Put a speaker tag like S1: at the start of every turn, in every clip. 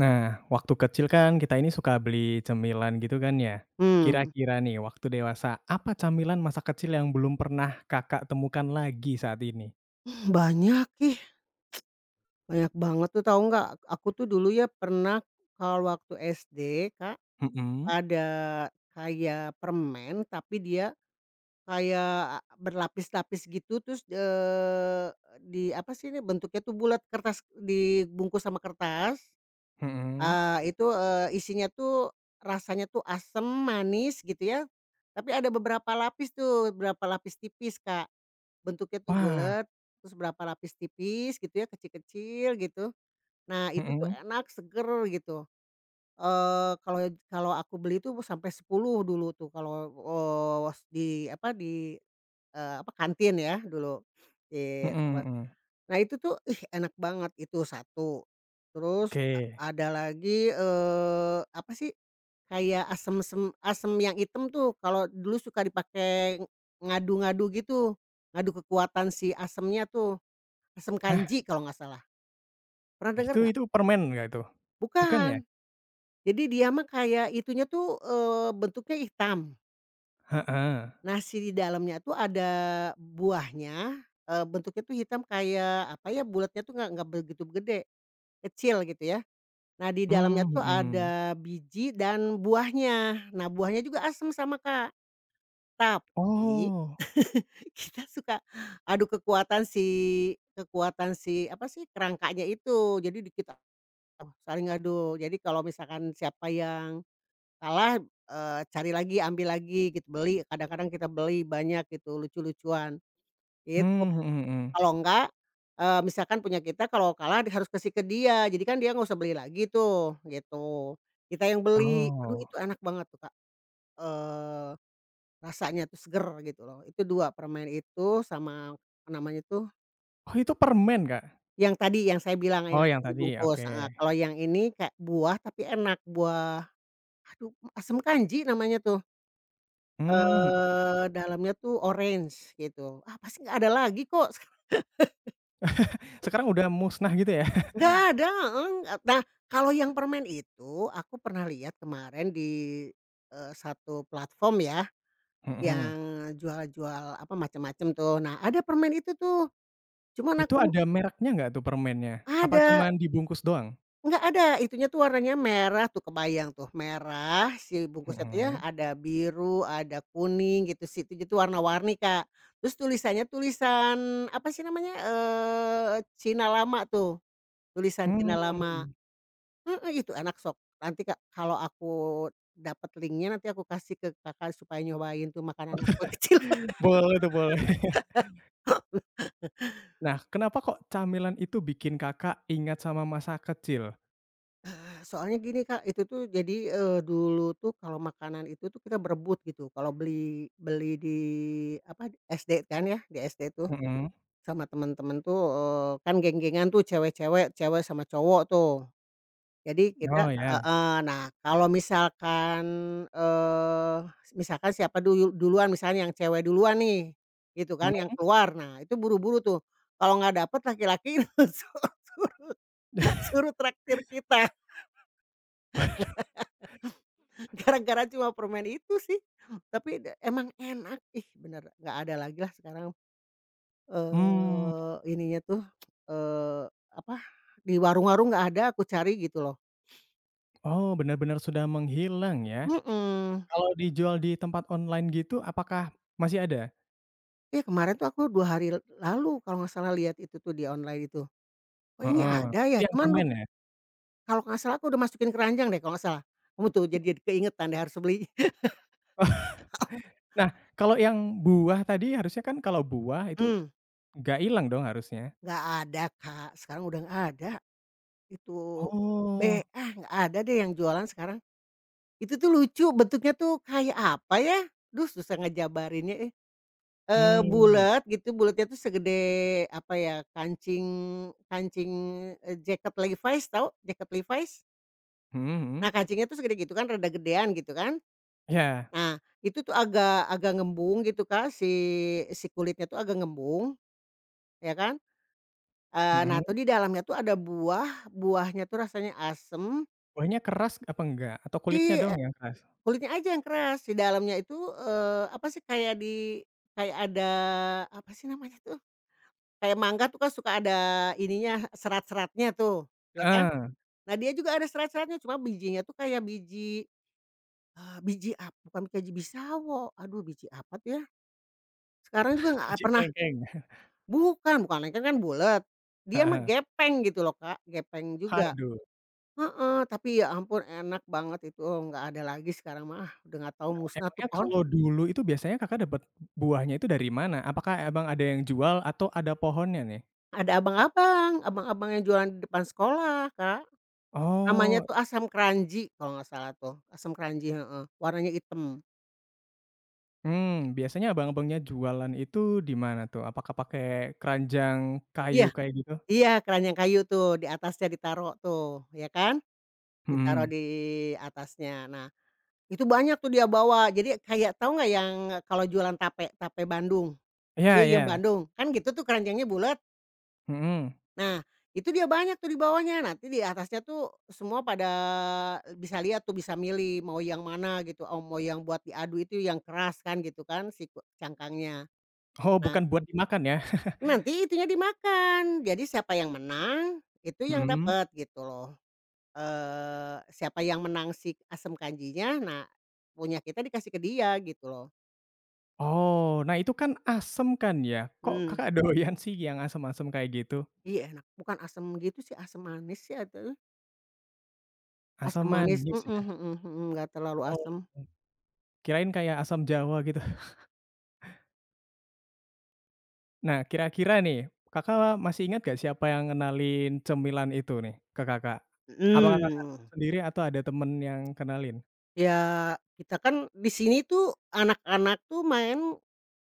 S1: Nah, waktu kecil kan kita ini suka beli cemilan gitu kan ya.
S2: Mmm,
S1: Kira-kira nih waktu dewasa, apa camilan masa kecil yang belum pernah Kakak temukan lagi saat ini?
S2: banyak ih, banyak banget tuh tahu nggak, aku tuh dulu ya pernah kalau waktu SD Kak,
S1: Mhm,
S2: ada kayak permen tapi dia kayak berlapis-lapis gitu terus, di apa sih ini bentuknya tuh bulat kertas dibungkus sama kertas,
S1: mhm.
S2: itu, isinya tuh rasanya tuh asem, manis gitu ya, tapi ada beberapa lapis tuh, beberapa lapis tipis Kak. Bentuknya tuh
S1: Wah,
S2: bulat terus berapa lapis tipis gitu ya, kecil-kecil gitu. Nah itu tuh
S1: mhm,
S2: enak, seger gitu. Eee, kalau kalau aku beli tuh sampai 10 dulu tuh kalau, di apa, di, apa, kantin ya dulu. Di
S1: mhm mhm.
S2: Nah itu tuh, ih enak banget itu satu. Terus
S1: Oke.
S2: ada lagi, apa sih, kayak asem yang hitam tuh kalau dulu suka dipakai ngadu-ngadu gitu, ngadu kekuatan si asemnya tuh, asem
S1: Hah,
S2: kanji kalau nggak salah. Pernah dengar
S1: itu
S2: nggak?
S1: itu permen nggak itu? Bukan ya?
S2: Bukan. Jadi dia mah kayak itunya tuh, bentuknya hitam.
S1: Heeh.
S2: Nasi di dalamnya tuh ada buahnya, bentuknya tuh hitam kayak apa ya, bulatnya tuh nggak begitu gede, kecil gitu ya. Nah, di dalamnya
S1: Mmm,
S2: tuh
S1: mhm.
S2: ada biji dan buahnya. Nah, buahnya juga asem sama, Kak. Tapi
S1: Oh,
S2: kita suka adu kekuatan si apa sih, kerangkanya itu. Jadi kita saling adu. Jadi kalau misalkan siapa yang kalah, cari lagi, ambil lagi gitu, beli. Kadang-kadang kita beli banyak gitu, lucu-lucuan, gitu.
S1: mmm, mhm mhm.
S2: Kalau enggak, misalkan punya kita kalau kalah harus kasih ke dia, jadi kan dia nggak usah beli lagi tuh, gitu. Kita yang beli, aduh
S1: Oh.
S2: itu enak banget tuh Kak, eee, rasanya tuh seger gitu loh. Itu 2 permen itu sama apa namanya tuh,
S1: Oh itu permen, Kak?
S2: yang tadi yang saya bilang yang
S1: Oh yang
S2: ada
S1: tadi, oke.
S2: dibungkus, heeh. Kalau yang ini kayak buah tapi enak, buah aduh asam kanji namanya tuh,
S1: Mmm,
S2: dalamnya tuh orange gitu. Ah, pasti nggak ada lagi kok.
S1: sekarang udah musnah gitu ya?
S2: Nggak ada, heeh, nggak nah, kalau yang permen itu aku pernah lihat kemarin di, satu platform ya,
S1: Mhm.
S2: yang jual-jual apa macam-macam tuh. Nah, ada permen itu tuh, cuman
S1: Itu
S2: aku
S1: ada mereknya nggak tuh permennya? Apa
S2: ada,
S1: cuman dibungkus doang?
S2: nggak ada, itunya tuh warnanya merah tuh kebayang tuh, merah si bungkusnya tuh ya,
S1: Mhm,
S2: ada biru, ada kuning gitu, si itu tuh warna-warni, Kak. Terus tulisannya tulisan apa sih namanya, eh Cina lama tuh, tulisan Cina lama.
S1: mmm,
S2: Heeh, itu enak sok. Nanti kak kalau aku dapat linknya nanti aku kasih ke Kakak supaya nyobain tuh makanan aku kecil.
S1: boleh tuh boleh. Nah, kenapa kok camilan itu bikin Kakak ingat sama masa kecil?
S2: Soalnya gini Kak, itu tuh jadi, dulu tuh kalau makanan itu tuh kita berebut gitu, kalau beli beli di apa, SD kan ya, di SD tuh
S1: Mhm,
S2: sama teman-teman tuh, kan geng-gengan tuh cewek-cewek, cewek sama cowok tuh. Jadi kita
S1: oh ya,
S2: heeh. Nah, kalau misalkan, eee, siapa dulu duluan, misalnya yang cewek duluan nih, gitu kan, yang
S1: mhm,
S2: keluar. Nah, itu buru-buru tuh, kalau nggak dapet laki-laki su suruh traktir kita, gara-gara cuma permen itu sih. Tapi emang enak, ih bener, nggak ada lagi lah sekarang,
S1: mmm,
S2: ininya tuh, eee, apa, di warung-warung nggak ada aku cari gitu loh.
S1: oh benar-benar sudah menghilang ya.
S2: Mhm.
S1: Kalau dijual di tempat online gitu apakah masih ada?
S2: Iya kemarin tuh aku 2 hari lalu kalau nggak salah lihat itu tuh di online itu, "Oh ini
S1: Heeh,
S2: ada
S1: itu
S2: ya?"
S1: yang
S2: Cuman
S1: permen ya?
S2: kalau nggak salah aku udah masukin keranjang deh kalau nggak salah. Kamu tuh jadi keingetan deh harus beli.
S1: Nah, kalau yang buah tadi harusnya kan kalau buah itu
S2: Hmm,
S1: nggak hilang dong harusnya?
S2: nggak ada Kak, sekarang udah nggak ada, itu
S1: Oh,
S2: ah, nggak ada deh yang jualan sekarang. Itu tuh lucu bentuknya tuh kayak apa ya, duh susah ngejabarinnya, eh. Eee,
S1: mmm,
S2: bulet gitu, bulatnya tuh segede apa ya, kancing kancing, jaket Levi's tahu? Jaket Levi's?
S1: mhm mhm,
S2: Nah, kancingnya tuh segede gitu kan, rada gedean gitu kan.
S1: iya.
S2: Nah, itu tuh agak agak ngembung gitu, Kak, si si kulitnya tuh agak ngembung, ya kan. Nah tuh
S1: Mhm,
S2: di dalamnya tuh ada buahnya tuh rasanya asem,
S1: kuahnya keras apa enggak? Atau kulitnya
S2: di
S1: doang
S2: eee,
S1: yang keras?
S2: kulitnya aja yang keras. Di dalamnya itu, apa sih, kayak ada, apa sih namanya tuh, kayak mangga tuh kan suka ada ininya, serat-seratnya tuh, ya kan.
S1: Heeh,
S2: Nah, dia juga ada serat-seratnya, cuma bijinya tuh kayak biji, biji apa bukan kayak biji sawo, aduh biji apa tuh ya? Sekarang juga nggak
S1: biji
S2: pernah
S1: klengkeng.
S2: bukan bukan, lengket kan kan bulet, dia mah
S1: Heeh.
S2: gepeng gitu loh Kak, gepeng juga
S1: Aduh,
S2: heeh, tapi ya ampun enak banget itu, nggak ada lagi sekarang mah, ah, udah nggak tahu musnah tuh
S1: emangnya
S2: pohon.
S1: kalau dulu itu biasanya Kakak dapat buahnya itu dari mana? Apakah abang ada yang jual atau ada pohonnya nih?
S2: Ada abang-abang, yang jualan di depan sekolah Kak, namanya
S1: Oh,
S2: tuh asam keranji kalau nggak salah tuh, asam keranji, heeh, warnanya hitam.
S1: mmm, biasanya abang-abangnya jualan itu di mana tuh? Apakah pakai keranjang kayu
S2: Iya
S1: kayak gitu?
S2: iya, keranjang kayu tuh, di atasnya ditaro tuh, ya kan, ditaro
S1: Mhm.
S2: di atasnya. Nah Itu banyak tuh dia bawa, jadi kayak tahu nggak yang kalau jualan tape, tape Bandung,
S1: Iya
S2: Eh,
S1: iya,
S2: yang Bandung, kan gitu tuh keranjangnya bulat.
S1: mhm.
S2: Nah, itu dia banyak tuh dibawanya, nanti di atasnya tuh semua pada bisa lihat tuh, bisa milih mau yang mana gitu, oh mau yang buat diadu itu yang keras kan gitu kan si cangkangnya.
S1: Oh,
S2: Nah,
S1: bukan buat dimakan ya?
S2: nanti itunya dimakan, jadi siapa yang menang itu yang
S1: Mhm.
S2: dapat gitu loh, siapa yang menang si asam kanjinya, nah punya kita dikasih ke dia gitu loh.
S1: Oh, nah itu kan asem kan ya? Kok
S2: Mhm.
S1: Kakak doyan sih yang asem-asem kayak gitu?
S2: Iya enak, bukan asam gitu sih, asam manis sih atau
S1: Asam
S2: asam manis,
S1: manis
S2: mhm
S1: ya?
S2: mhm mhm, nggak terlalu
S1: Oh,
S2: asam.
S1: kirain kayak asam Jawa gitu. Nah, kira-kira nih, Kakak masih ingat gak siapa yang ngenalin cemilan itu nih ke Kakak? Apakah Kakak
S2: Mhm.
S1: nemu sendiri atau ada temen yang kenalin?
S2: Ya kita kan di sini tuh anak-anak tuh main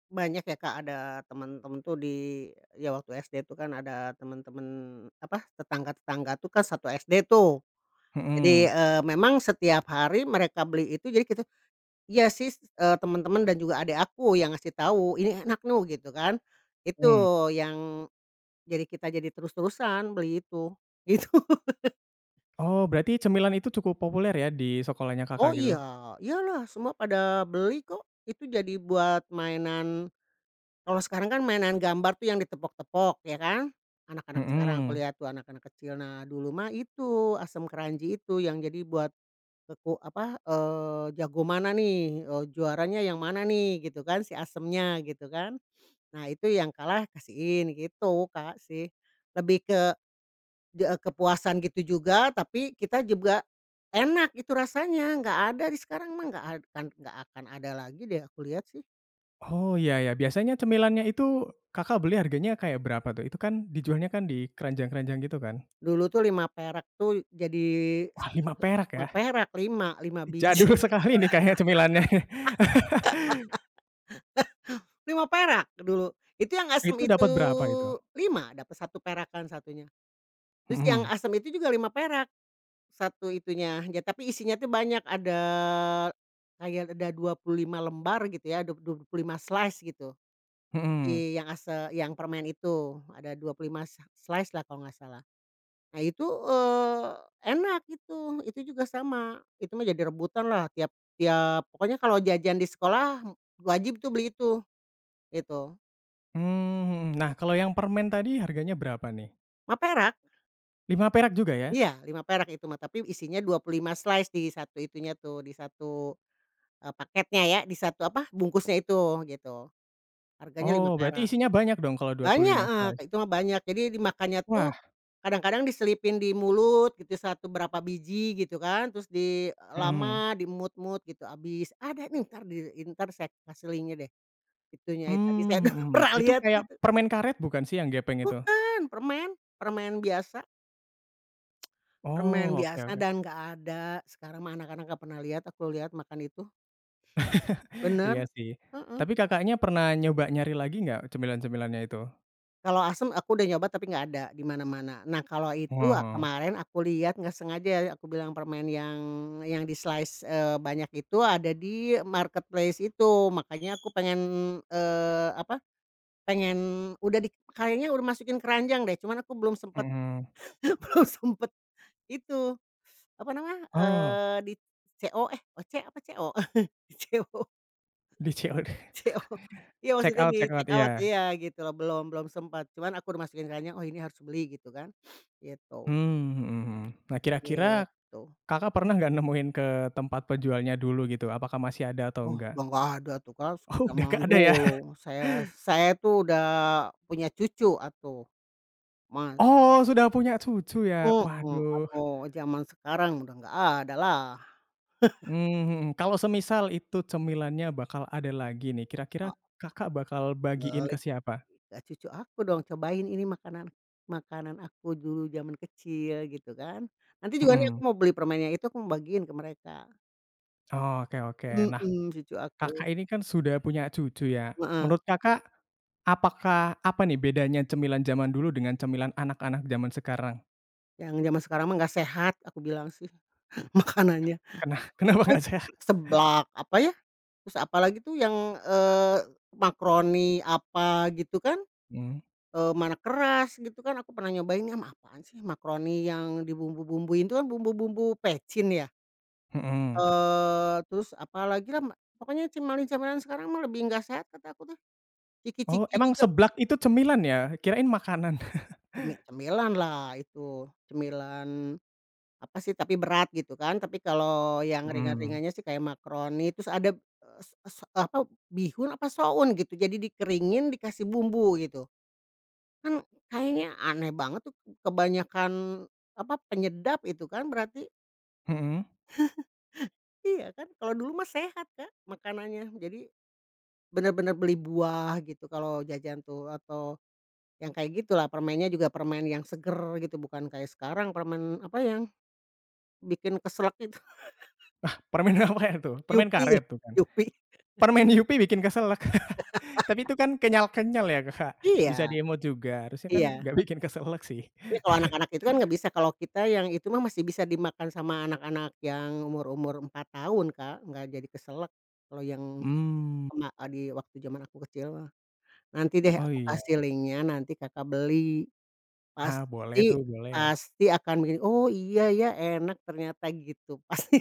S2: banyak ya Kak, ada temen-temen tuh ya waktu SD tuh kan ada temen-temen apa, tetangga-tetangga tuh kan satu SD tuh. Jadi,
S1: Mhm,
S2: memang setiap hari mereka beli itu jadi kita iya sih, temen-temen dan juga adek aku yang ngasih tahu, "Ini enak nuh," gitu kan.
S1: mmm.
S2: Itu yang Jadi kita jadi terus-terusan beli itu, gitu.
S1: Oh, berarti cemilan itu cukup populer ya di sekolahnya Kakak
S2: Oh
S1: gitu?
S2: iya, iyalah semua pada beli kok, itu jadi buat mainan kalau sekarang kan mainan gambar tuh yang ditepok-tepok ya kan, anak-anak sekarang aku
S1: Mhm.
S2: lihat tuh anak-anak kecil. Nah dulu mah itu asam keranji itu yang jadi buat apa, jago mana nih, juaranya yang mana nih gitu kan si asemnya, gitu kan. Nah itu yang kalah kasihin gitu Kak sih, lebih kepuasan gitu juga, tapi kita juga enak itu rasanya, nggak ada di sekarang mah nggak akan ada lagi deh aku lihat sih.
S1: Oh, iya iya. Biasanya cemilannya itu Kakak beli harganya kayak berapa tuh? Itu kan dijualnya kan di keranjang-keranjang gitu kan?
S2: Dulu tuh 5 perak tuh jadi
S1: Wah, lima perak
S2: 5
S1: ya?
S2: perak, 5 5 biji,
S1: Jadul sekali nih kayaknya cemilannya.
S2: 5 perak dulu. Itu yang asem
S1: Itu dapat
S2: itu
S1: berapa itu?
S2: 5 dapat 1 perakan satunya. Terus yang
S1: Mhm.
S2: asem itu juga 5 perak, satu itunya, ya tapi isinya tuh banyak, ada kayak ada 25 lembar gitu ya, 25 slice gitu.
S1: Mhm,
S2: Si yang yang permen itu, ada 25 slice lah kalau nggak salah. Nah itu, enak itu juga sama, itu mah jadi rebutan lah tiap tiap pokoknya kalau jajan di sekolah wajib tuh beli itu, gitu.
S1: mmm, mhm. Nah, kalau yang permen tadi harganya berapa nih?
S2: Lima perak,
S1: 5 perak juga ya?
S2: iya lima perak itu mah, tapi isinya 25 slice di satu itunya tuh, di satu, paketnya ya, di satu apa, bungkusnya itu, gitu. Harganya
S1: Oh,
S2: 5
S1: berarti
S2: perak.
S1: isinya banyak dong kalau dua puluh
S2: Banyak,
S1: lima slice?
S2: itu mah banyak. Jadi dimakannya
S1: Wah,
S2: tuh kadang-kadang diselipin di mulut gitu, satu berapa biji gitu kan, terus
S1: mhm.
S2: lama, diemut mut gitu, habis. Ada nih entar saya kasih linknya deh, itunya itu tadi
S1: Mmm,
S2: saya
S1: mhm mhm.
S2: pernah
S1: Itu
S2: lihat
S1: kayak
S2: itu.
S1: permen karet bukan sih yang gepeng itu?
S2: Bukan, permen, permen biasa, permen
S1: Oh, oke
S2: biasa
S1: oke.
S2: dan nggak ada. Sekarang mah anak-anak nggak pernah lihat, aku lihat makan itu. Bener,
S1: Iya sih.
S2: heeh.
S1: Tapi Kakaknya pernah nyoba nyari lagi nggak cemilan-cemilannya itu?
S2: Kalau asem aku udah nyoba tapi nggak ada di mana-mana. Nah kalau itu
S1: Heeh,
S2: kemarin aku lihat nggak sengaja ya aku bilang permen yang di-slice, banyak itu ada di marketplace itu. Makanya aku pengen, eee, apa, pengen udah kayaknya udah masukin keranjang deh cuman aku belum sempet
S1: mhm.
S2: belum sempet itu, apa namanya,
S1: Oh,
S2: di CO eh, OC apa CO? CO.
S1: di COD.
S2: CO. Iya maksudnya di
S1: Check out,
S2: check out
S1: iya.
S2: iya gitu loh, belum belum sempat. Cuman aku udah masukin keranjang, "Oh ini harus beli," gitu kan. Gitu,
S1: Mmm, mhm mhm. Nah, kira-kira
S2: gitu.
S1: Kakak pernah nggak nemuin ke tempat penjualnya dulu gitu, apakah masih ada atau
S2: Oh
S1: enggak?
S2: udah nggak ada tuh kan,
S1: Oh, udah
S2: zaman
S1: nggak ada ya?
S2: dulu. Saya saya tuh udah punya cucu atuh, Mas.
S1: Oh, sudah punya cucu ya?
S2: Mhm,
S1: Waduh,
S2: atuh zaman sekarang udah nggak ada lah.
S1: mmm, mhm, kalau semisal itu cemilannya bakal ada lagi nih, kira-kira
S2: Heeh,
S1: Kakak bakal bagiin
S2: beli
S1: ke siapa?
S2: ke cucu aku dong, "Cobain ini makanan makanan aku dulu zaman kecil," gitu kan. Nanti juga nih aku
S1: Mhm,
S2: mau beli permennya itu, aku mau bagiin ke mereka.
S1: oh, oke oke. Nah,
S2: Mhm, cucu aku,
S1: Kakak ini kan sudah punya cucu ya,
S2: heeh,
S1: menurut Kakak, apakah apa nih bedanya cemilan zaman dulu dengan cemilan anak-anak zaman sekarang?
S2: yang zaman sekarang mah nggak sehat aku bilang sih makanannya.
S1: Kena kenapa
S2: Ah
S1: nggak
S2: itu
S1: sehat?
S2: seblak, apa ya, terus apalagi tuh yang, eee, makaroni apa gitu kan,
S1: Mmm,
S2: mana keras gitu kan, aku pernah nyobain ya, apaan sih makaroni yang dibumbu-bumbuin itu kan bumbu-bumbu pecin ya,
S1: mhm.
S2: terus apalagi lah, pokoknya cemilan-cemilan sekarang mah lebih nggak sehat kata aku tuh,
S1: Oh,
S2: ciki-ciki
S1: emang
S2: juga,
S1: seblak itu cemilan ya? Kirain makanan.
S2: cemilan lah itu, cemilan apa sih, tapi berat gitu kan. Tapi kalau yang
S1: Mhm,
S2: ringan-ringannya sih kayak makaroni, terus ada, eee, se se apa, bihun apa soun gitu. Jadi dikeringin, dikasih bumbu gitu. Kan kayaknya aneh banget tuh kebanyakan, apa, penyedap itu kan berarti.
S1: mhm.
S2: Iya kan, kalau dulu mah sehat kan makanannya. Jadi benar-benar beli buah gitu kalau jajan tuh atau yang kayak gitulah, permennya juga permen yang seger gitu, bukan kayak sekarang permen, apa, yang bikin keselak itu.
S1: Permen apa ya tuh? Permen
S2: Yupi ya?
S1: karet tuh?
S2: Yupi.
S1: Permen Yupi bikin keselak. Tapi itu kan kenyal-kenyal ya, kak. Bisa
S2: Iya.
S1: di-emot juga, harusnya kan
S2: Iya,
S1: nggak bikin keselak sih.
S2: ini kalau anak-anak itu kan nggak bisa, kalau kita yang itu mah masih bisa dimakan sama anak-anak yang umur-umur 4 tahun, Kak, nggak jadi keselak kalau yang
S1: Hmm,
S2: di waktu zaman aku kecil mah. Nanti deh
S1: oh
S2: aku
S1: iya,
S2: kasih linknya, nanti Kakak beli,
S1: ah, boleh
S2: pasti
S1: tuh, boleh.
S2: pasti akan begini, "Oh iya ya enak ternyata," gitu, pasti.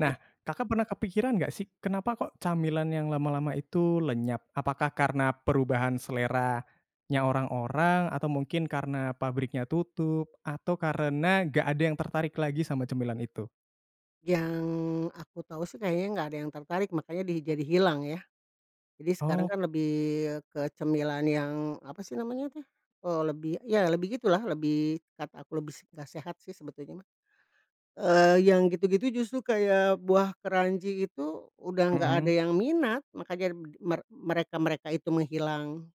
S1: Nah, Kakak pernah kepikiran nggak sih, kenapa kok camilan yang lama-lama itu lenyap? Apakah karena perubahan seleranya orang-orang, atau mungkin karena pabriknya tutup, atau karena nggak ada yang tertarik lagi sama cemilan itu?
S2: Yang aku tahu sih kayaknya nggak ada yang tertarik, makanya jadi hilang ya. Jadi sekarang
S1: Oh,
S2: kan lebih ke cemilan yang, apa sih namanya tuh, lebih ya lebih gitulah, lebih kata aku lebih nggak sehat sih sebetulnya mah. Yang gitu-gitu justru kayak buah keranji itu udah nggak ada
S1: mhm.
S2: yang minat, makanya mereka-mereka itu menghilang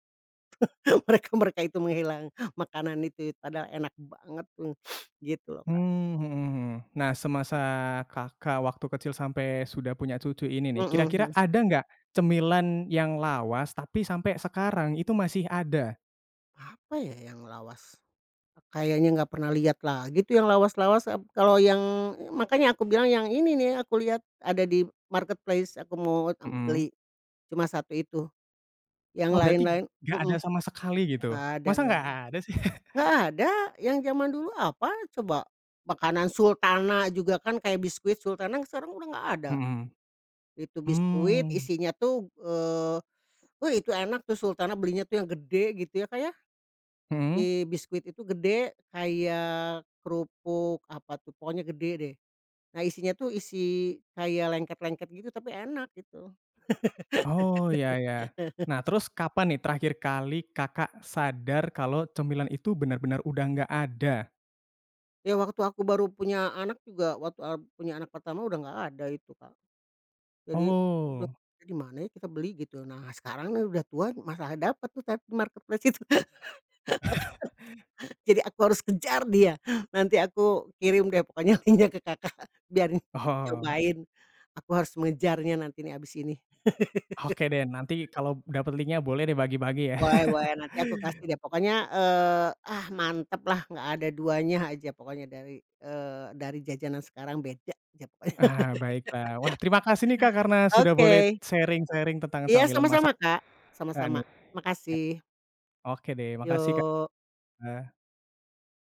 S2: makanan itu, padahal enak banget tuh, gitu loh Kak.
S1: Mmm, mhm mhm. Nah, semasa Kakak waktu kecil sampai sudah punya cucu ini nih,
S2: Mhm
S1: kira-kira
S2: mhm.
S1: ada nggak cemilan yang lawas tapi sampai sekarang itu masih ada?
S2: Apa ya yang lawas? Kayaknya nggak pernah lihat lagi tuh yang lawas-lawas, kalau yang makanya aku bilang yang ini nih aku lihat ada di marketplace aku mau, mmm,
S1: Mhm.
S2: beli, cuma satu itu, yang
S1: Oh, berarti
S2: lain-lain
S1: nggak
S2: mhm,
S1: ada sama sekali gitu?
S2: nggak ada
S1: Masa
S2: nggak
S1: nggak
S2: ada
S1: ada sih?
S2: nggak ada yang zaman dulu apa coba, makanan sultana juga kan kayak biskuit sultana sekarang udah nggak ada,
S1: Mhm.
S2: itu biskuit
S1: Mmm,
S2: isinya tuh, wih itu enak tuh sultana belinya tuh yang gede gitu ya kayak ya,
S1: mhm.
S2: si biskuit itu gede kayak kerupuk apa tuh pokoknya gede deh. Nah, isinya tuh isi kayak lengket-lengket gitu, tapi enak gitu.
S1: Oh, ya ya. Nah, terus kapan nih terakhir kali Kakak sadar kalau cemilan itu benar-benar udah nggak ada?
S2: Ya waktu aku baru punya anak juga, waktu punya anak pertama udah nggak ada itu, Kak. Jadi udah
S1: Oh.
S2: di mana ya kita beli gitu. Nah, sekarang nih udah tua masalah dapat tuh tapi marketplace itu. Jadi aku harus kejar dia. Nanti aku kirim deh pokoknya linknya ke Kakak biar
S1: Oh,
S2: cobain. Aku harus mengejarnya nanti nih abis ini.
S1: oke deh, nanti kalau dapat link-nya boleh deh bagi-bagi ya.
S2: Boleh boleh, nanti aku kasih deh pokoknya, ah, mantep lah nggak ada duanya aja pokoknya dari, jajanan sekarang beda aja pokoknya.
S1: Ah, baiklah. Wah, terima kasih nih, Kak, karena sudah boleh
S2: Oke,
S1: sharing-sharing tentang
S2: iya
S1: camilan
S2: sama-sama
S1: masakan
S2: Kak, sama-sama,
S1: nih.
S2: makasih,
S1: Oke deh, makasih,
S2: yok.
S1: Kak.